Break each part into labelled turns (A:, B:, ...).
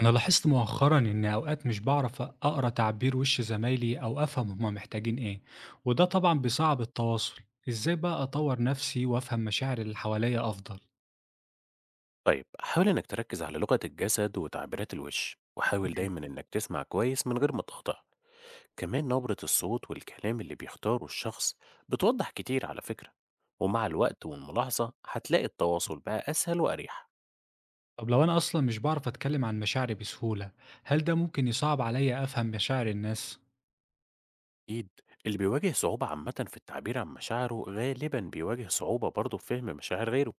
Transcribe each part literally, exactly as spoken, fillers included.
A: أنا لاحظت مؤخرًا إن أوقات مش باعرف أقرا تعبير وش زمايلي أو أفهم هما محتاجين إيه، وده طبعًا بيصعب التواصل، إزاي بقى أطور نفسي وأفهم مشاعر اللي حواليا أفضل؟
B: طيب حاول إنك تركز على لغة الجسد وتعبيرات الوش، وحاول
A: مم.
B: دايما إنك تسمع كويس من غير ما تقطع. كمان نبرة الصوت والكلام اللي بيختاره الشخص بتوضح كتير على فكرة. ومع الوقت والملاحظة هتلاقي التواصل بقى أسهل وأريح.
A: طب لو أنا أصلًا مش بعرف أتكلم عن مشاعري بسهولة، هل ده ممكن يصعب عليا أفهم مشاعر الناس؟
B: أكيد، اللي بيواجه صعوبة عامة في التعبير عن مشاعره غالبا بيواجه صعوبة برضه في فهم مشاعر غيره.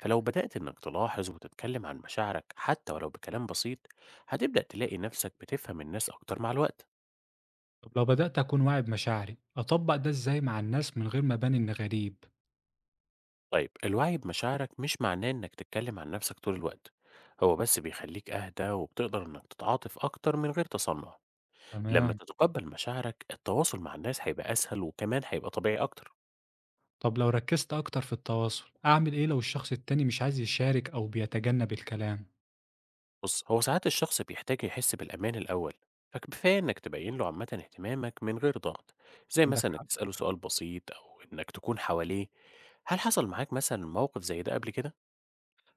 B: فلو بدأت إنك تلاحظ وتتكلم عن مشاعرك حتى ولو بكلام بسيط، هتبدأ تلاقي نفسك بتفهم الناس أكتر مع الوقت.
A: طب لو بدأت أكون واعي بمشاعري، أطبق ده إزاي مع الناس من غير ما أبان إني غريب؟
B: طيب الوعي بمشاعرك مش معناه إنك تتكلم عن نفسك طول الوقت، هو بس بيخليك أهدى وبتقدر إنك تتعاطف أكتر من غير تصنع. لما
A: تمام.
B: تتقبل مشاعرك التواصل مع الناس هيبقى أسهل وكمان هيبقى طبيعي أكتر.
A: طب لو ركزت أكتر في التواصل، أعمل إيه لو الشخص التاني مش عايز يشارك أو بيتجنب الكلام؟
B: بص، هو ساعات الشخص بيحتاج يحس بالأمان الأول، فكفاية إنك تبين له عامة اهتمامك من غير ضغط، زي
A: عندك
B: مثلا إنك
A: حق.
B: تسأله سؤال بسيط أو إنك تكون حواليه. هل حصل معاك مثلا موقف زي ده قبل كده؟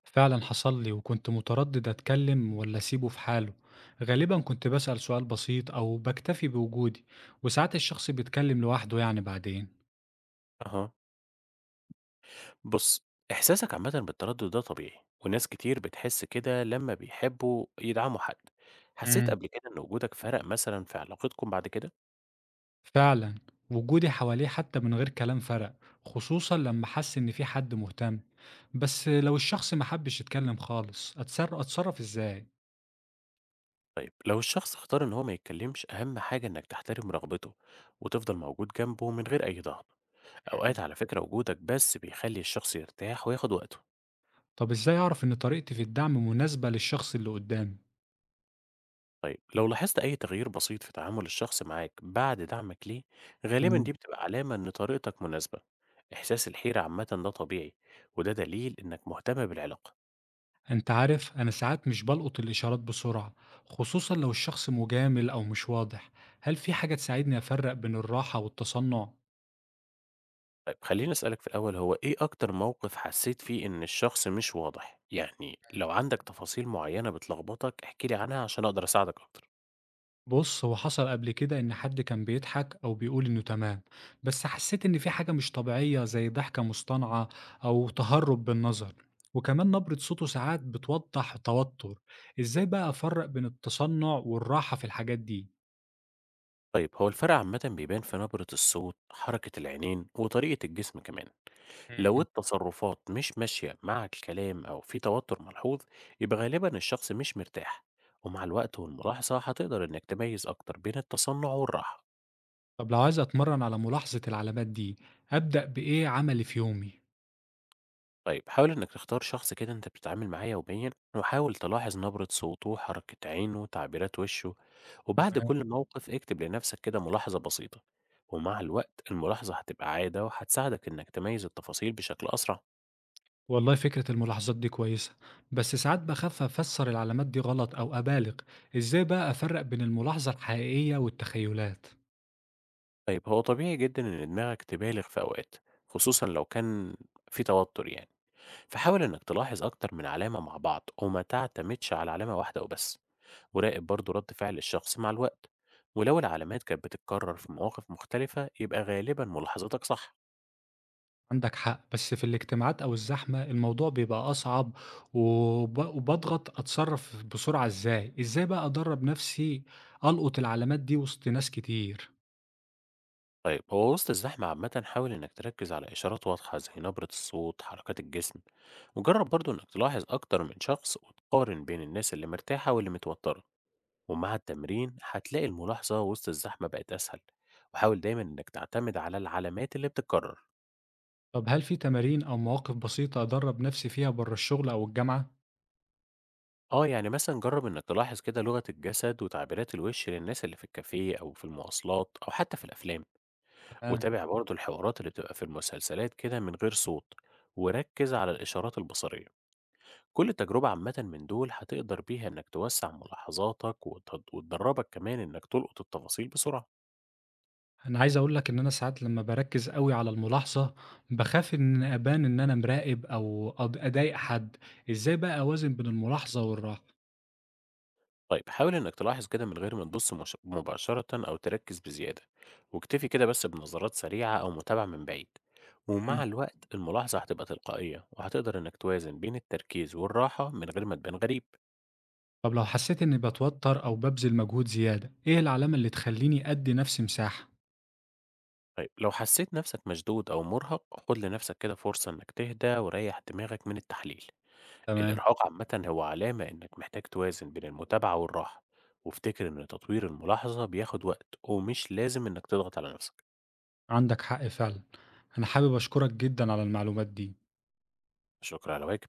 A: فعلا حصل لي وكنت متردد أتكلم ولا أسيبه في حاله. غالبا كنت بسأل سؤال بسيط أو بكتفي بوجودي، وساعات الشخص بيتكلم لوحده يعني بعدين.
B: أها، بُص، إحساسك عامةً بالتردُّد ده طبيعي، وناس كتير بتحس كده لمّا بيحبّوا يدعموا حد. حسّيت
A: امم
B: قبل كده إن وجودك فرق مثلًا في علاقتكم بعد كده؟
A: فعلا، وجودي حواليه حتى من غير كلام فرق، خصوصا لما حس إن في حد مهتم. بس لو الشخص ما حبش يتكلم خالص أتصرف, أتصرف إزاي؟
B: طيب لو الشخص اختار إن هو ما يتكلّمش، أهم حاجة إنّك تحترم رغبته وتفضل موجود جنبه من غير أي ضغط. أوقات
A: مم.
B: على فكرة وجودك بس بيخلّي الشخص يرتاح وياخُد وقته.
A: طب إزاي أعرف إن طريقتي في الدعم مناسبة للشخص اللي قدامي؟
B: طيب لو لاحظت أي تغيير بسيط في تعامل الشخص معاك بعد دعمك ليه، غالبا دي بتبقى علامة إن طريقتك مناسبة. إحساس الحيرة عامة ده طبيعي، وده دليل إنك مهتم بالعلاقة.
A: انت عارف انا ساعات مش بلقط الاشارات بسرعة، خصوصا لو الشخص مجامل او مش واضح. هل في حاجة تساعدني افرق بين الراحة والتصنع؟
B: طيب خليني أسألك في الأول، هو إيه أكتر موقف حسيت فيه إن الشخص مش واضح؟ يعني لو عندك تفاصيل معينة بتلخبطك احكيلي عنها عشان أقدر أساعدك أكتر.
A: بص هو حصل قبل كده ان حد كان بيضحك او بيقول انه تمام، بس حسيت ان في حاجة مش طبيعية زي ضحكة مصطنعة او تهرب بالنظر، وكمان نبرة صوته ساعات بتوضح توتر. ازاي بقى افرق بين التصنع والراحة في الحاجات دي؟
B: طيب هو الفرق عامة بيبان في نبرة الصوت، حركة العينين وطريقة الجسم كمان. لو
A: مم.
B: التصرفات مش ماشية مع الكلام أو في توتر ملحوظ، يبقى غالبا الشخص مش مرتاح. ومع الوقت والملاحظة هتقدر إنك تميز أكتر بين التصنع والراحة.
A: طب لو عايز اتمرن على ملاحظة العلامات دي، ابدأ بايه عملي في يومي؟
B: طيب حاول إنك تختار شخص كده أنت بتتعامل معاه يوميا، وحاول تلاحظ نبرة صوته، حركة عينه، تعبيرات وشه، وبعد
A: تمام.
B: كل موقف اكتب لنفسك كده ملاحظة بسيطة. ومع الوقت الملاحظة هتبقى عادة وهتساعدك إنك تميز التفاصيل بشكل أسرع.
A: والله فكرة الملاحظات دي كويسة، بس ساعات بخاف أفسر العلامات دي غلط أو أبالغ. إزاي بقى أفرق بين الملاحظة الحقيقية والتخيلات؟
B: طيب هو طبيعي جدًا إن دماغك تبالغ في أوقات، خصوصًا لو كان في توتر يعني، فحاول إنك تلاحظ أكتر من علامة مع بعض وما تعتمدش على علامة واحدة وبس، وراقب برضه رد فعل الشخص مع الوقت، ولو العلامات كانت بتتكرر في مواقف مختلفة يبقى غالبًا ملاحظتك صح.
A: عندك حق، بس في الاجتماعات أو الزحمة الموضوع بيبقى أصعب، وب... وبضغط أتصرف بسرعة. إزاي إزاي بقى أدرب نفسي ألقط العلامات دي وسط ناس كتير؟
B: طيب هو وسط الزحمة عامةً حاول إنك تركز على إشارات واضحة زي نبرة الصوت، حركات الجسم، وجرب برضه إنك تلاحظ أكتر من شخص وتقارن بين الناس اللي مرتاحة واللي متوترة. ومع التمرين هتلاقي الملاحظة وسط الزحمة بقت أسهل، وحاول دايما إنك تعتمد على العلامات اللي بتتكرر.
A: طب هل في تمارين أو مواقف بسيطة أدرب نفسي فيها بره الشغل أو الجامعة؟
B: اه يعني مثلا جرب إنك تلاحظ كده لغة الجسد وتعبيرات الوش للناس اللي في الكافيه أو في المواصلات أو حتى في الأفلام.
A: تمام.
B: وتابع برضو الحوارات اللي بتبقى في المسلسلات كده من غير صوت وركز على الإشارات البصرية. كل تجربة عامة من دول هتقدر بيها إنك توسع ملاحظاتك وت- وتدربك كمان إنك تلقط التفاصيل بسرعة.
A: أنا عايز أقول لك إن أنا ساعات لمّا باركّز أوي على الملاحظة، باخاف إن أبان إن أنا مراقب أو أض أضايق حد، إزاي بقى أوازن بين الملاحظة والراحة؟
B: طيب حاول إنك تلاحظ كده من غير ما تبص مش- مباشرة أو تركز بزيادة، واكتفي كده بس بنظرات سريعة أو متابعة من بعيد. ومع
A: إمم.
B: الوقت الملاحظة هتبقى تلقائية وهتقدر إنك توازن بين التركيز والراحة من غير ما تبان غريب.
A: طب لو حسيت إني باتوتر أو بابذل مجهود زيادة، إيه العلامة اللي تخلّيني أدّي نفسي مساحة؟
B: طيب لو حسيت نفسك مشدود أو مرهق خد لنفسك كده فرصة إنك تهدى وريح دماغك من التحليل.
A: تمام.
B: الإرهاق عامة هو علامة إنك محتاج توازن بين المتابعة والراحة، وافتكر إن تطوير الملاحظة بياخد وقت ومش لازم إنك تضغط على نفسك.
A: عندك حق فعلًا، أنا حابب أشكرك جدًا على المعلومات دي.
B: شكرا على واجب.